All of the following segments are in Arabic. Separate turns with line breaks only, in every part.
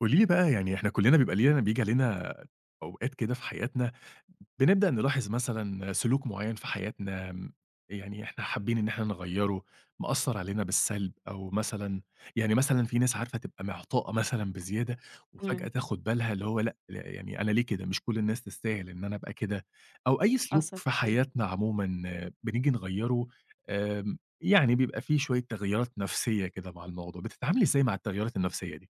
قولي لي بقى. يعني إحنا كلّنا بيبقى لينا بييجي علينا أوقات كده في حياتنا، بنبدأ نلاحظ مثلًا سلوك معيّن في حياتنا. يعني إحنا حابين إن إحنا نغيّره، مأثّر علينا بالسلب، أو مثلًا يعني مثلًا في ناس عارفة تبقى معطاءة مثلًا بزيادة،
إمم،
وفجأة تاخُد بالها اللي هو لأ، لا، يعني أنا ليه كده؟ مش كل الناس تستاهل إن أنا أبقى كده، أو أي سلوك
حصل
في
فعلًا.
حياتنا عمومًا. آه، بنيجي نغيّره. آمم، يعني بيبقى في شوية تغييرات نفسيّة كده مع الموضوع، بتتعاملي إزاي مع التغييرات النفسيّة دي؟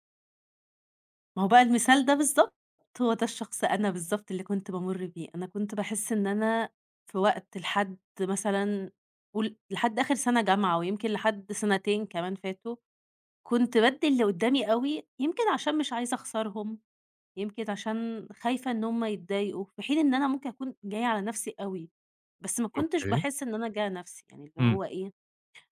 ما هو بقى المثال ده بالضبط، هو ده الشخص أنا بالضبط اللي كنت بامُر بيه، أنا كنت باحس إن أنا في وقت لحد مثلًا قُل لحد آخر سَنة جامعة ويمكن لحد سَنتين كمان فاتوا، كنت بادّي اللي قُدّامي أوي، يمكن عشان مش عايزة أخسرهم، يمكن عشان خايفة إن هُم يتضايقوا، في حين إن أنا ممكن أكون جاية على نَفْسي أوي، بس ما كنتش
اوكي.
باحس إن أنا جاية نَفْسي، يعني اللي
إمم.
هو إيه.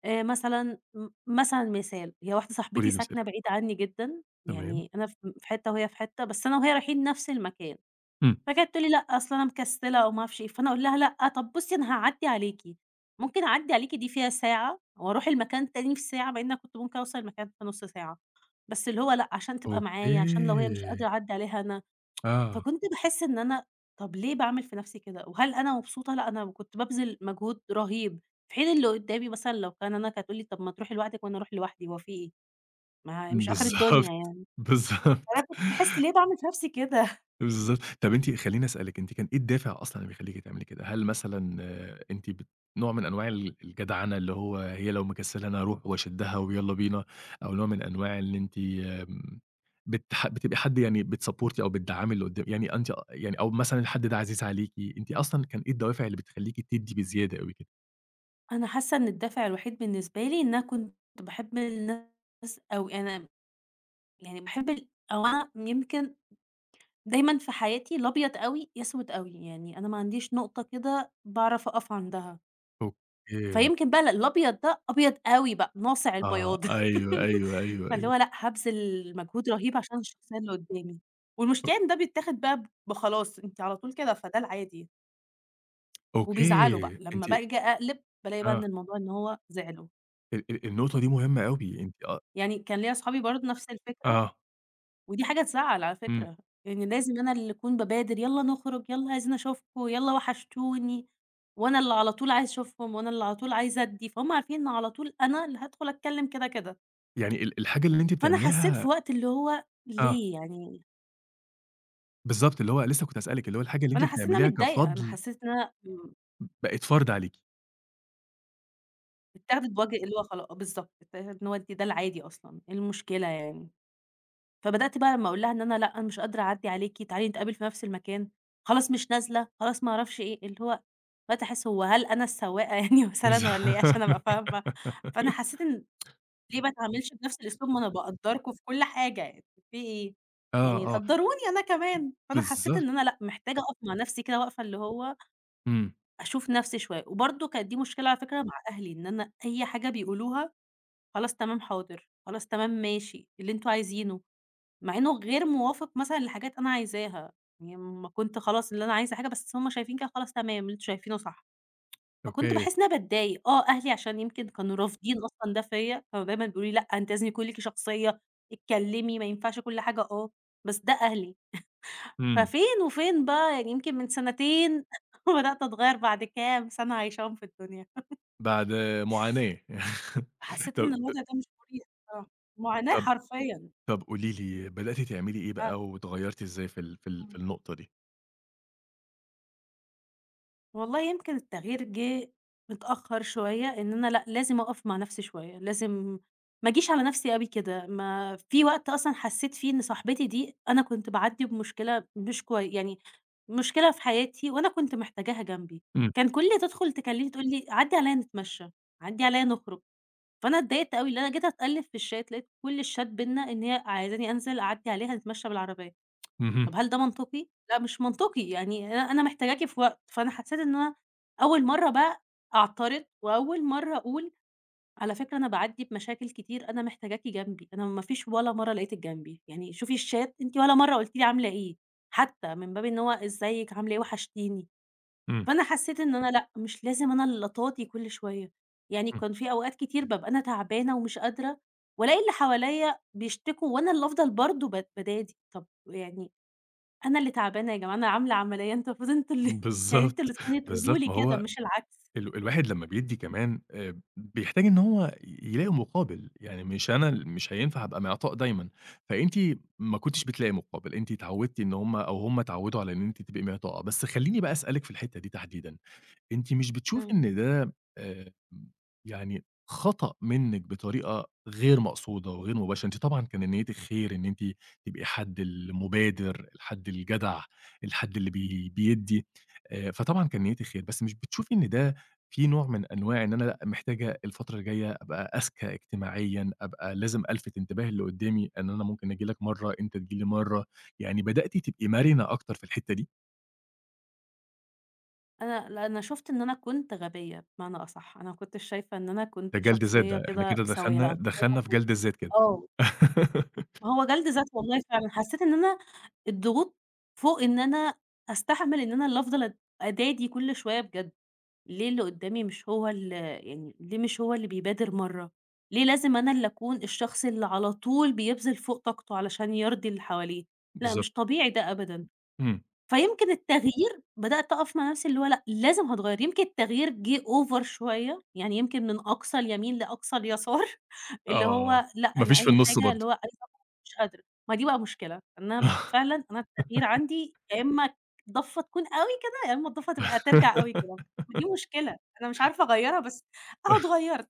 مثلًا مثلًا مثال، هي واحدة صاحبتي
قولي لي مثال.
ساكنة بعيد عني جدًا،
تمام.
يعني أنا في حتّة وهي في حتّة، بس أنا وهي رايحين نفس المكان،
إمم.
فكانت تقول لي: "لأ، أصل أنا مكسلة." أو ما أعرفش إيه، فأنا أقول لها: "لأ، طب بُصّي أنا هاعدّي عليكِ." ممكن أعدّي عليكِ دي فيها ساعة وأروح المكان تاني في ساعة، مع إن أنا كنت ممكن أوصل المكان في نُص ساعة، بس اللي هو لأ، عشان تبقى
أوكي.
معايا، عشان لو هي مش قادرة أعدّي عليها أنا.
آه.
فكنت باحس إن أنا طَب ليه باعمل في نَفْسي كده، وهل أنا مبسوطة؟ لأ، أنا كنت بابذل مجهود رهيب، في حين اللي قدّامي مثلًا لو كان أنا كانت هتقول لي: "طَب ما تروحي لوحدِك وأنا أروح لوحدي، هو في إيه؟ ما هي مش آخر الدنيا
بالضبط.
يعني." فأنا
بالضبط.
كنت باحس ليه باعمل في نَفْسي كده؟
بالضبط. طب أنتِ خلّيني أسألِك، أنتِ كان إيه الدافع أصلًا اللي بيخلّيكِ تعملي كده؟ هل مثلًا أنتِ نوع من أنواع الجدعنة اللي هو هي لو مكسّلة أنا هاروح وأشدّها ويالّا بينا، أو نوع من أنواع إن أنتِ آمم، بتبقي حد يعني بتسبورتي، أو بتدعّمي اللي قدّا يعني أنتِ يعني، أو مثلًا الحد ده عزيز عليكِ، أنتِ أصلًا كان إيه الدوافع اللي بتخلّيكِ تدّي بزيادة أوي كده؟
أنا حاسة إن الدافع الوحيد بالنسبة لي إن أنا كنت باحب الناس أوي، أنا يعني باحب ال أو أنا يمكن دايمًا في حياتي لا أبيض أوي يا أسود أوي، يعني أنا ما عنديش نقطة كده باعرف أقف عندها.
أوكي.
فيمكن بقى الأبيض ده أبيض أوي بقى، ناصع
آه،
البياض.
أيوه، أيوه، أيوه،
فاللي
أيوه.
هو لأ، هابذل مجهود رهيب عشان الشخصية اللي قدّامي،
أ
والمشكلة إن ده بيتاخد بقى بخلاص أنتِ على طول كده، فده العادي، يعني. وبيزعلوا بقى،
أوكي، أنتِ
لمّا باجي أقلب بالاقي بقى إن
آه،
الموضوع إن هو زعلوا،
ال ال النقطة دي مهمة أوي، أنتِ آه،
يعني كان ليّا صحابي برضه نفس الفكرة،
آه،
ودي حاجة تزعّل على
إمم،
فكرة، يعني لازم أنا اللي أكون بابادر "يالّا نخرج، يالّا عايزين أشوفكم، يالّا وحشتوني." وأنا اللي على طول عايزة أشوفهم، وأنا اللي على طول عايزة أدّي، فهُم عارفين إن على طول أنا اللي هادخل أتكلم كده، كده.
يعني الحاجة اللي أنتِ
فأنا حسّيت في
بتعمليها
وقت اللي هو
آه،
ليه يعني
بالضبط، اللي هو لسه كنت هاسألِك، اللي هو الحاجة اللي أنتِ
فأنا حسّيت إن أنا
بتعمليها
متضايقة، أنا
كفضل
حسّيت إن أنا
بقت فرض عليكِ.
اتاخدت بوجه اللي هو بالضبط، اتاخدت إن هو أنتِ ده العادي أصلًا، إيه المشكلة يعني؟ فبدأت بقى لمّا أقول لها إن أنا لأ، أنا مش قادرة أعدّي عليكِ، تعالي نتقابل في نفس المكان، خلاص مش نازلة، خلاص ما أعرفش إيه، اللي هو بدأت أحس هو هل أنا السواقة؟ يعني
بالض
مثلًا والّا إيه عشان أبقى فاهمة؟ فأنا حسّيت إن ليه ما اتعاملش بنفس الأسلوب؟ ما أنا باقدّركم في كل حاجة، يعني في إيه؟
آه،
يعني
آه،
قدّروني أنا كمان، فأنا حسّيت
بالضبط.
إن أنا لأ، محتاجة أقف مع نفسي كده وقفة اللي هو
إمم.
أشوف نفسي شوية، وبرضه كانت دي مشكلة على فكرة مع أهلي، إن أنا أي حاجة بيقولوها خلاص تمام حاضر، خلاص تمام ماشي، اللي أنتم عايزينه، مع إنه غير موافق مثلًا لحاجات أنا عايزاها، يعني أمّا كنت خلاص اللي أنا عايزة حاجة بس هُم شايفين كده خلاص تمام، اللي أنتم شايفينه صح. فكنت
أوكي.
باحس إن أنا باتضايق، آه، أهلي عشان يمكن كانوا رافضين أصلًا ده فيّا، كانوا دايمًا بيقولوا لي: "لأ، أنتِ لازم يكون ليكِ شخصية، اتكلمي، ما ينفعش كل حاجة آه." بس ده أهلي،
إمم.
ففين وفين بقى يعني يمكن من سنتين بدأت أتغيّر بعد كام سنة عايشاهم في الدنيا.
بعد معاناة.
فحسيت
طب
إن الوضع ده مش مريح بصراحة، معاناة
طب
حرفيًا.
طب قولي لي، بدأتِ تعملي إيه
آه.
بقى واتغيّرتِ إزاي في ال في ال في النقطة دي؟
والله يمكن التغيير جِه متأخّر شوية، إن أنا لأ، لازم أقف مع نَفْسي شوية، لازم ما أجيش على نَفْسي أوي كده، ما في وقت أصلًا حسّيت فيه إن صاحبتي دي أنا كنت باعدّي بمشكلة مش كوي يعني مشكلة في حياتي وأنا كنت محتاجاها جنبي،
إمم.
كان كل اللي تدخُل تكلّمني تقول لي: "عدّي عليّا نتمشّى، عدّي عليّا نخرج." فأنا اتضايقت أوي، لإن أنا جيت أتألّف في الشات لقيت كل الشات بيننا إن هي عايزاني أنزل أعدّي عليها نتمشّى بالعربية. طب
اهم.
هل ده منطقي؟ لأ مش منطقي، يعني أنا محتاجاكِ في وقت، فأنا حسيت إن أنا أول مرّة بقى أعترض، وأول مرّة أقول على فكرة أنا باعدّي بمشاكل كتير، أنا محتاجاكِ جنبي، أنا ما فيش ولا مرّة لقيتِك جنبي، يعني شوفي الشات أنتِ ولا مرّة قُلتِ لي عاملة إيه، حتى من باب إن هو إزيِك، عاملة إيه، وحشتيني،
إمم.
فأنا حسيت إن أنا لأ، مش لازم أنا اللي أتاضي كل شوية، يعني كان في أوقات كتير بابقى أنا تعبانة ومش قادرة، وألاقي اللي حواليّا بيشتكوا، وأنا اللي أفضل برضه بادادي، طب يعني أنا اللي تعبانة يا جماعة، أنا عاملة عملية، أنتم المفروض أنتم اللي يعني أنتم اللي
بالضبط،
تكونوا تقولوا
بالضبط.
لي
ما
كده
هو
مش العكس.
الواحد لمّا بيدّي كمان بيحتاج إن هو يلاقي مقابل، يعني مش أنا ال مش هينفع أبقى معطاء دايمًا، فأنتِ ما كنتيش بتلاقي مقابل، أنتِ اتعوّدتِ إن هم، أو هم اتعوّدوا على إن أنتِ تبقي معطاءة. بس خلّيني بقى أسألِك في الحتّة دي تحديدًا، أنتِ مش بتشوفي
إمم.
إن ده يعني خطأ منِّك بطريقة غير مقصودة وغير مباشرة؟ أنتِ طبعًا كان نيتِك خير، إن أنتِ تبقي حد المبادر، الحد الجدع، الحد اللي بيدّي، فطبعًا كان نيتِك خير، بس مش بتشوفي إن ده في نوع من أنواع إن أنا لأ، محتاجة الفترة الجاية أبقى أذكى اجتماعيًا، أبقى لازم ألفت انتباه اللي قدّامي إن أنا ممكن آجي لك مرّة، أنت تيجي لي مرّة، يعني بدأتِ تبقي مرنة أكتر في الحتّة دي؟
أنا لأ، أنا شُفت إن أنا كنت غبية بمعنى أصح، أنا ما كنتش شايفة إن أنا
ده
كنت
جلد ذات
شخصية
ده، إحنا
كده
كده
سوية، لأ،
دخلنا
أنا كنت شايفة
دخلنا
إن
في
أنا
جلد الذات كده.
آه، ما هو جلد ذات والله فعلًا، حسيت إن أنا الضغوط فوق إن أنا أستحمل إن أنا اللي أفضل أدادي كل شوية بجد. ليه اللي قدّامي مش هو ال يعني ليه مش هو اللي بيبادر مرّة؟ ليه لازم أنا اللي أكون الشخص اللي على طول بيبذل فوق طاقته علشان يرضي اللي حواليه؟ لأ مش
بالضبط.
طبيعي ده أبدًا.
إمم.
فيمكن التغيير بدأت أقف مع نفسي اللي هو لأ، لازم هاتغيّر، يمكن التغيير جِه over شوية، يعني يمكن من أقصى اليمين لأقصى اليسار اللي
آه.
هو لأ،
ما
أنا
فيش
أي
في النُص
حاجة اللي
برضه.
هو عايزة مش قادرة، ما دي بقى مشكلة، إن أنا فعلًا أنا التغيير عندي يا إمّا ضفّة تكون أوي كده، يا إمّا الضفّة تبقى ترجع أوي كده، ودي مشكلة، أنا مش عارفة أغيّرها بس أهو اتغيّرت.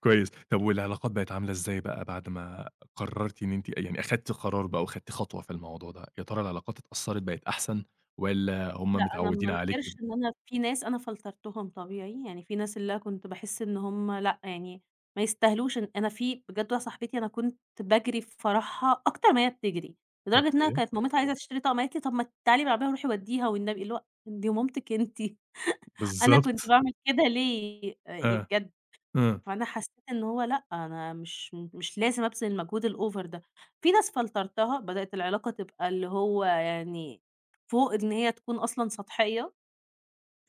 كويس. طب والعلاقات بقت عاملة إزاي بقى بعد ما قررتِ إن أنتِ يعني أخدتِ قرار بقى وخدتِ خطوة في الموضوع ده، يا ترى العلاقات اتأثّرت بقت أحسن، والّا هم
لأ، أنا ما
متعوّدين عليكِ؟
انكرش إن أنا في ناس أنا فلترتهم طبيعي، يعني في ناس اللي أنا كنت باحس إن هُم لأ، يعني ما يستاهلوش إن أنا في بجد واحدة صاحبتي أنا كنت باجري في فرحها أكتر ما هي بتجري، لدرجة إنها
أوكي.
كانت مامتها عايزة تشتري طقم قالت لي: "طب ما تعالي بالعربية وروحي وديها والنبي"، اللي هو دي مامتِك أنتِ. أنا كنت
بالضبط.
باعمل كده ليه يعني
آه.
بجد؟
آه.
فأنا حسيت إن هو لأ، أنا مش لازم أبذل المجهود الأوفر ده. في ناس فلترتها بدأت العلاقة تبقى اللي هو يعني فوق إن هي تكون أصلًا سطحية.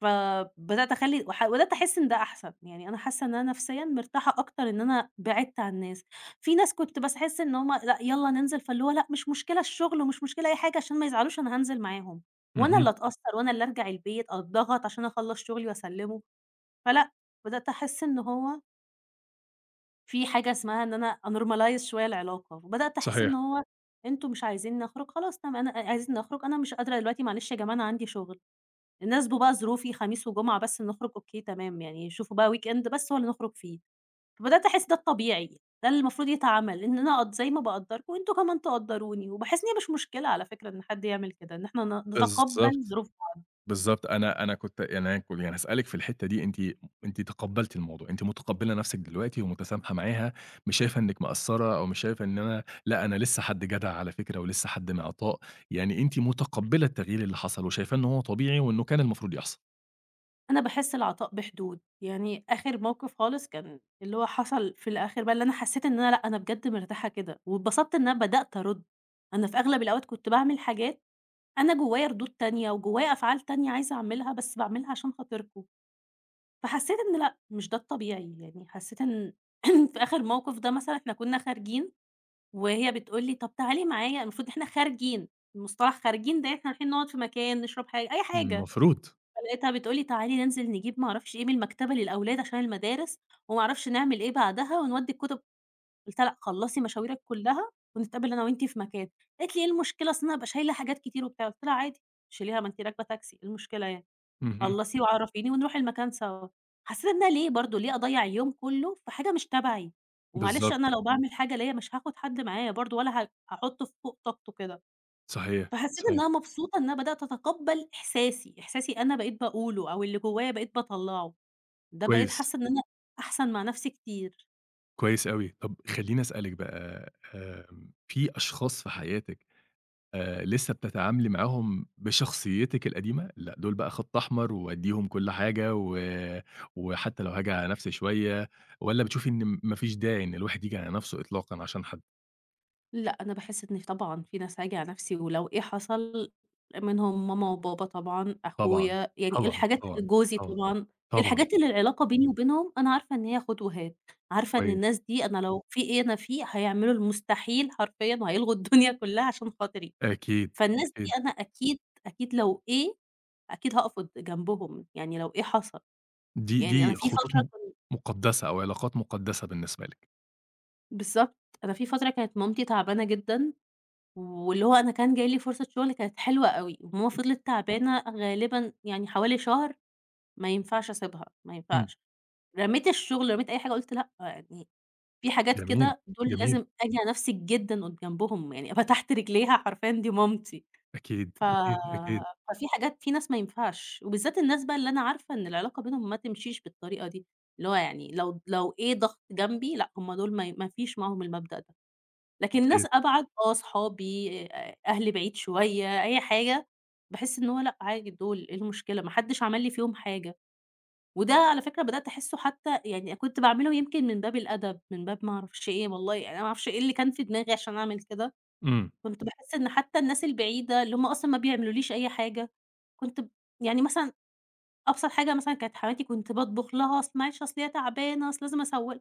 فبدأت أخلّي بدأت أحس إن ده أحسن، يعني أنا حاسة إن أنا نفسيًا مرتاحة أكتر إن أنا بعدت عن الناس، في ناس كنت باحس إن هُم لأ يالّا ننزل، فاللي هو لأ مش مشكلة الشغل ومش مشكلة أي حاجة عشان ما يزعلوش أنا هانزل معاهم، وأنا اللي
اهم.
أتأثر وأنا اللي أرجع البيت أتضغط عشان أخلّص شغلي وأسلّمه، فلأ بدأت أحس إن هو في حاجة اسمها إن أنا أnormalize شوية العلاقة، وبدأت أحس إن
صحيح.
هو أنتم مش عايزينّي أخرج خلاص تم أنا عايزينّي أخرج أنا مش قادرة دلوقتي معلش يا جماعة أنا عندي شغل. ناسبوا بقى ظروفي خميس وجمعة بس نخرج أوكي تمام، يعني شوفوا بقى weekend بس هو اللي نخرج فيه، فبدأت أحس ده الطبيعي، ده اللي المفروض يتعمل، إن أنا أقد زي ما باقدّركم أنتم كمان تقدّروني، وباحس إن هي مش مشكلة على فكرة إن حد يعمل كده، إن إحنا نتقبّل
بالضبط.
ظروف.
بالضبط، أنا أنا كنت يعني هاسألِك في الحتّة دي، أنتِ أنتِ تقبّلتِ الموضوع، أنتِ متقبّلة نَفْسِك دلوقتي ومتسامحة معاها، مش شايفة إنِّك مقصّرة، أو مش شايفة إن أنا لأ، أنا لسّه حد جدع على فكرة، ولسّه حد معطاء، يعني أنتِ متقبّلة التغيير اللي حصل وشايفاه إن هو طبيعي، وإنه كان المفروض يحصل.
أنا باحس العطاء بحدود، يعني آخر موقف خالص كان اللي هو حصل في الآخر بقى اللي أنا حسيت إن أنا لأ، أنا بجد مرتاحة كده، واتبسطت إن أنا بدأت أرُد، أنا في أغلب الأوقات كنت باعمل حاجات أنا جوايا ردود تانية وجوايا أفعال تانية عايزة أعملها، بس باعملها عشان خاطركم. فحسيت إن لأ، مش ده الطبيعي، يعني حسيت إن في آخر موقف ده مثلًا إحنا كنا خارجين وهي بتقول لي: "طب تعالي معايا." المفروض إحنا خارجين، مصطلح خارجين ده إحنا رايحين نقعد في مكان، نشرب حاجة، أي حاجة،
المفروض.
فلقيتها بتقول لي: "تعالي ننزل نجيب ما أعرفش إيه من المكتبة للأولاد عشان المدارس، وما أعرفش نعمل إيه بعدها، ونودّي الكُتب." قُلت لها: "لأ، خلّصي مشاويرِك كلّها ونتقابل أنا وأنتِ في مكان." قالت لي: "إيه المشكلة؟ أصل أنا هابقى شايلة حاجات كتير وبتاع." قُلت لها: "عادي، شيليها ما أنتِ راكبة تاكسي، إيه المشكلة يعني؟"
اهم.
خلّصي وعرّفيني ونروح المكان سوا. حسّيت إن أنا ليه برضه، ليه أضيّع يوم كُلّه في حاجة مش تبعي؟ ومعلش
بالضبط.
أنا لو باعمل حاجة ليّا مش هاخُد حد معايا برضه ولا هاحُطّه فوق طاقته كده.
صحيح،
فحسّيت إن
صحيح.
أنا مبسوطة إن أنا بدأت أتقبّل إحساسي، إحساسي أنا بقيت باقوله أو اللي جوّايا بقيت باطلّعه. ده بقيت
كويس.
حاسّة إن أنا أحسن مع نَفْسي كتير.
كويس أوي. طَب خلّيني أسألِك بقى آمم، في أشخاص في حياتِك لسه بتتعاملي معاهم بشخصيتِك القديمة؟ لأ، دول بقى خط أحمر وأدّيهم كل حاجة و وحتى لو هاجي على نفسي شوية، والّا بتشوفي إن ما فيش داعي إن الواحد ييجي على نفسه إطلاقًا عشان حد؟
لأ، أنا باحس إن طبعًا في ناس هاجي على نَفْسي، ولو إيه حصل منهم ماما وبابا طبعًا،
طبعًا،
أخويا، يعني
طبعًا،
الحاجات
طبعًا،
جوزي
طبعًا،
طبعًا،
طبعًا.
الحاجات اللي العلاقة بيني وبينهم أنا عارفة إن هي خُد وهات، عارفة إن الناس
كويس.
دي أنا لو في إيه أنا فيه هيعملوا المستحيل حرفيًا وهيلغوا الدنيا كلّها عشان خاطري،
أكيد،
فالناس دي
أكيد.
أنا أكيد، أكيد لو إيه، أكيد هاقف قد جنبهم، يعني لو إيه حصل،
دي
يعني أنا
دي
في
خطوط
فترة كنت
مقدسة، أو علاقات مقدسة بالنسبة لِك.
بالضبط، أنا في فترة كانت مامتي تعبانة جدًا واللي هو أنا كان جاي لي فرصة شغل كانت حلوة أوي، وماما فضلت تعبانة غالبًا يعني حوالي شهر، ما ينفعش أسيبها، ما
إمم.
ينفعش. رميت الشغل، رميت أي حاجة، قُلت لأ، يعني في حاجات
جميل،
كده دول لازم
جميل.
أجي على نفسي جدًا قد جنبهم، يعني فتحت رجليها حرفيًا دي مامتي.
أكيد،
ف
أكيد، أكيد،
ففي حاجات في ناس ما ينفعش، وبالذات الناس بقى اللي أنا عارفة إن العلاقة بينهم ما تمشيش بالطريقة دي، اللي هو يعني لو إيه ضغط جنبي، لأ، هم دول ما فيش معاهم المبدأ ده. لكن ناس
أكيد.
أبعد آه، صحابي أهلي بعيد شوية، أي حاجة، باحس إن هو لأ عادي دول إيه المشكلة، ما حدش عمل لي فيهم حاجة، وده على فكرة بدأت أحسه حتى يعني كنت باعمله يمكن من باب الأدب، من باب ما أعرفش إيه، والله يعني أنا ما أعرفش إيه اللي كان في دماغي عشان أعمل كده،
إمم.
كنت باحس إن حتى الناس البعيدة اللي هُم أصلًا ما بيعملوليش أي حاجة، كنت يعني مثلًا أبسط حاجة مثلًا كانت حماتي كنت باطبخ لها، أصل معلش أصل هي تعبانة، أصل لازم أسوّ.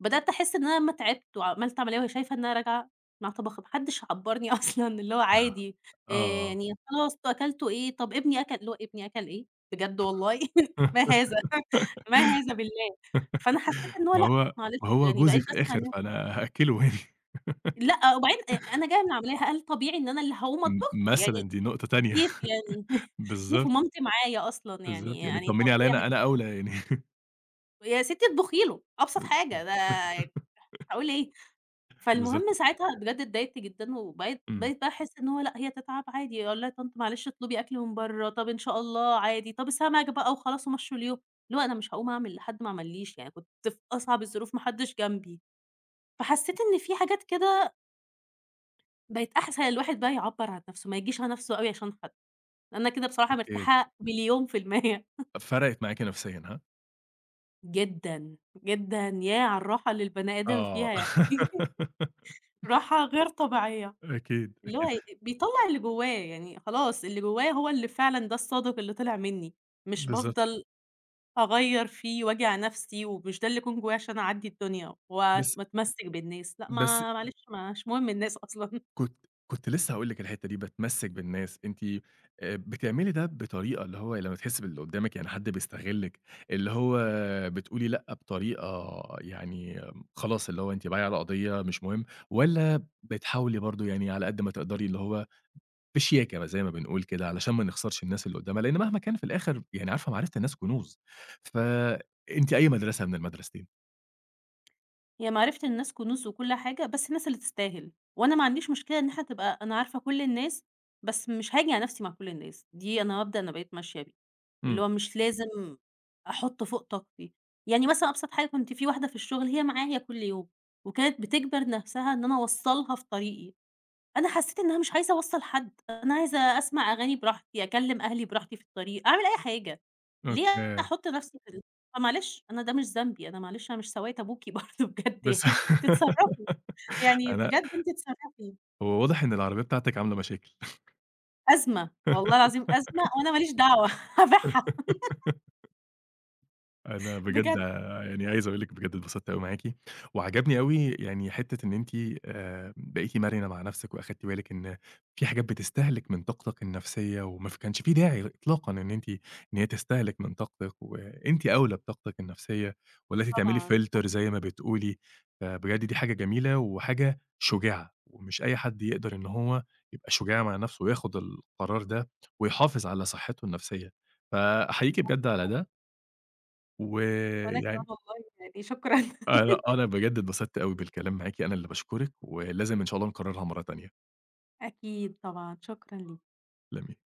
بدأت أحس إن أنا لمّا تعبت وعملت عملية وهي شايفة إن أنا راجعة مع طبخة، ما حدش عبّرني أصلًا، اللي هو عادي،
آه.
يعني خلاص أنتم أكلتوا إيه؟ طب ابني أكل اللي هو ابني أكل إيه؟ بجد والله! ما هذا! ما هذا بالله! فأنا حسيت إن هو
ما
لأ،
هو
معلش
ما هو
يعني
جوزي
بقيت
في
باسمع
الآخر،
إن
فأنا هأكّله يعني.
لأ، وبعدين أنا جاية من العملية هل طبيعي إن أنا اللي هاقوم أطبخ؟ يعني
مثلًا دي نقطة تانية.
كيف يعني؟ كيف
بالضبط،
ومامتي معايا أصلًا يعني
بالضبط. يعني
يعني
اتطمّني
طب
عليَّ
إيه
أنا،
هاجيب
أنا أولى يعني.
يا ستّي اطبخي له أبسط حاجة، ده هاقول إيه؟
بالضبط.
فالمهم ساعتها بجد اتضايقت جدًا، وبقيت
إمم.
بقيت بقى أحس إن هو لأ هي تتعب عادي، أقول لها: "يا طنط معلش اطلبي أكل من برّه، طب إن شاء الله عادي، طب السمك بقى." وخلاص ومشّوا اليوم، اللي هو أنا مش هاقوم أعمل لحد ما عملّيش، يعني كنت في أصعب الظروف ما حدش جنبي، فحسيت إن في حاجات كده بقت أحسن الواحد بقى يعبّر عن نفسه، ما يجيش على نفسه أوي عشان حد، أنا كده بصراحة
أكيد.
مرتاحة مليون في المِيّة.
فرقِت معاكِ نفسيًا ها؟
جدًا، جدًا، ياه على الراحة اللي البني آدم
آه.
فيها يعني. راحة غير طبيعية.
أكيد،
اللي هو
أكيد.
بيطلّع اللي جوّاه، يعني خلاص اللي جوّاه هو اللي فعلًا ده الصادق اللي طلع منّي، مش
بالضبط.
بافضل أغيّر فيه وأجي على نفسي، ومش ده اللي يكون جوّايا عشان أعدّي الدنيا
بس
وأتمسّك بالناس، لأ
بس
ما معلش مش مهم الناس أصلًا.
كنت لسه هاقول لِك الحتّة دي، باتمسّك بالناس، أنتِ بتعملي ده بطريقة اللي هو لمّا تحسّي باللي قدّامِك يعني حد بيستغلِّك، اللي هو بتقولي لأ بطريقة يعني خلاص اللي هو أنتِ بايعة على قضية مش مهم، والّا بتحاولي برضه يعني على قد ما تقدري اللي هو بشياكة زي ما بنقول كده، علشان ما نخسرش الناس اللي قدّامها، لإن مهما كان في الآخر يعني عارفة معرفة الناس كنوز، فأنتِ أي مدرسة من المدرستين؟
هي معرفة الناس كنوز وكل حاجة، بس الناس اللي تستاهل، وأنا ما عنديش مشكلة إن إحنا تبقى أنا عارفة كل الناس، بس مش هاجي على نفسي مع كل الناس، دي أنا مبدأ أنا بقيت ماشية بيه. اللي
إمم.
هو مش لازم أحُط فوق طاقتي. يعني مثلًا أبسط حاجة كنت في واحدة في الشغل هي معايا كل يوم، وكانت بتجبر نَفْسها إن أنا أوصّلها في طريقي، أنا حسّيت إن أنا مش عايزة أوصّل حد، أنا عايزة أسمع أغاني براحتي، أكلّم أهلي براحتي في الطريق، أعمل أي حاجة، ليه
أوكي.
أحُط نَفْسي في ال فمعلش أنا ده مش ذنبي، أنا معلش أنا مش سواقة أبوكِ برضه بجد
بس
يعني أنتِ اتصرّفي، يعني
أنا
بجد أنتِ اتصرّفي.
هو واضح إن العربية بتاعتِك عاملة مشاكل.
أزمة، والله العظيم أزمة وأنا ما ليش دعوة. هابيعها
أنا بجد
بجد
يعني عايز أقول لِك بجد اتبسطت أوي معاكِ، وعجبني أوي يعني حتّة إن أنتِ بقيتِ مرنة مع نفسِك، وأخدتِ بالِك إن في حاجات بتستهلك من طاقتك النفسية، وما كانش في داعي إطلاقًا إن أنتِ إن هي تستهلك من طاقتِك، وأنتِ أولى بطاقتِك النفسية، وبدأتِ تعملي
طبعًا.
فلتر زي ما بتقولي، فبجد دي حاجة جميلة وحاجة شجاعة، ومش أي حد يقدر إن هو يبقى شجاع مع نفسه وياخد القرار ده، ويحافظ على صحته النفسية، فأحييكِ بجد على ده.
وأنا كمان
ويعني
والله يعني شكرًا.
أنا أنا بجد اتبسطت أوي بالكلام معاكِ، أنا اللي باشكرِك، ولازم إن شاء الله نكررها مرة تانية.
أكيد طبعًا، شكرًا ليك.
تسلمي.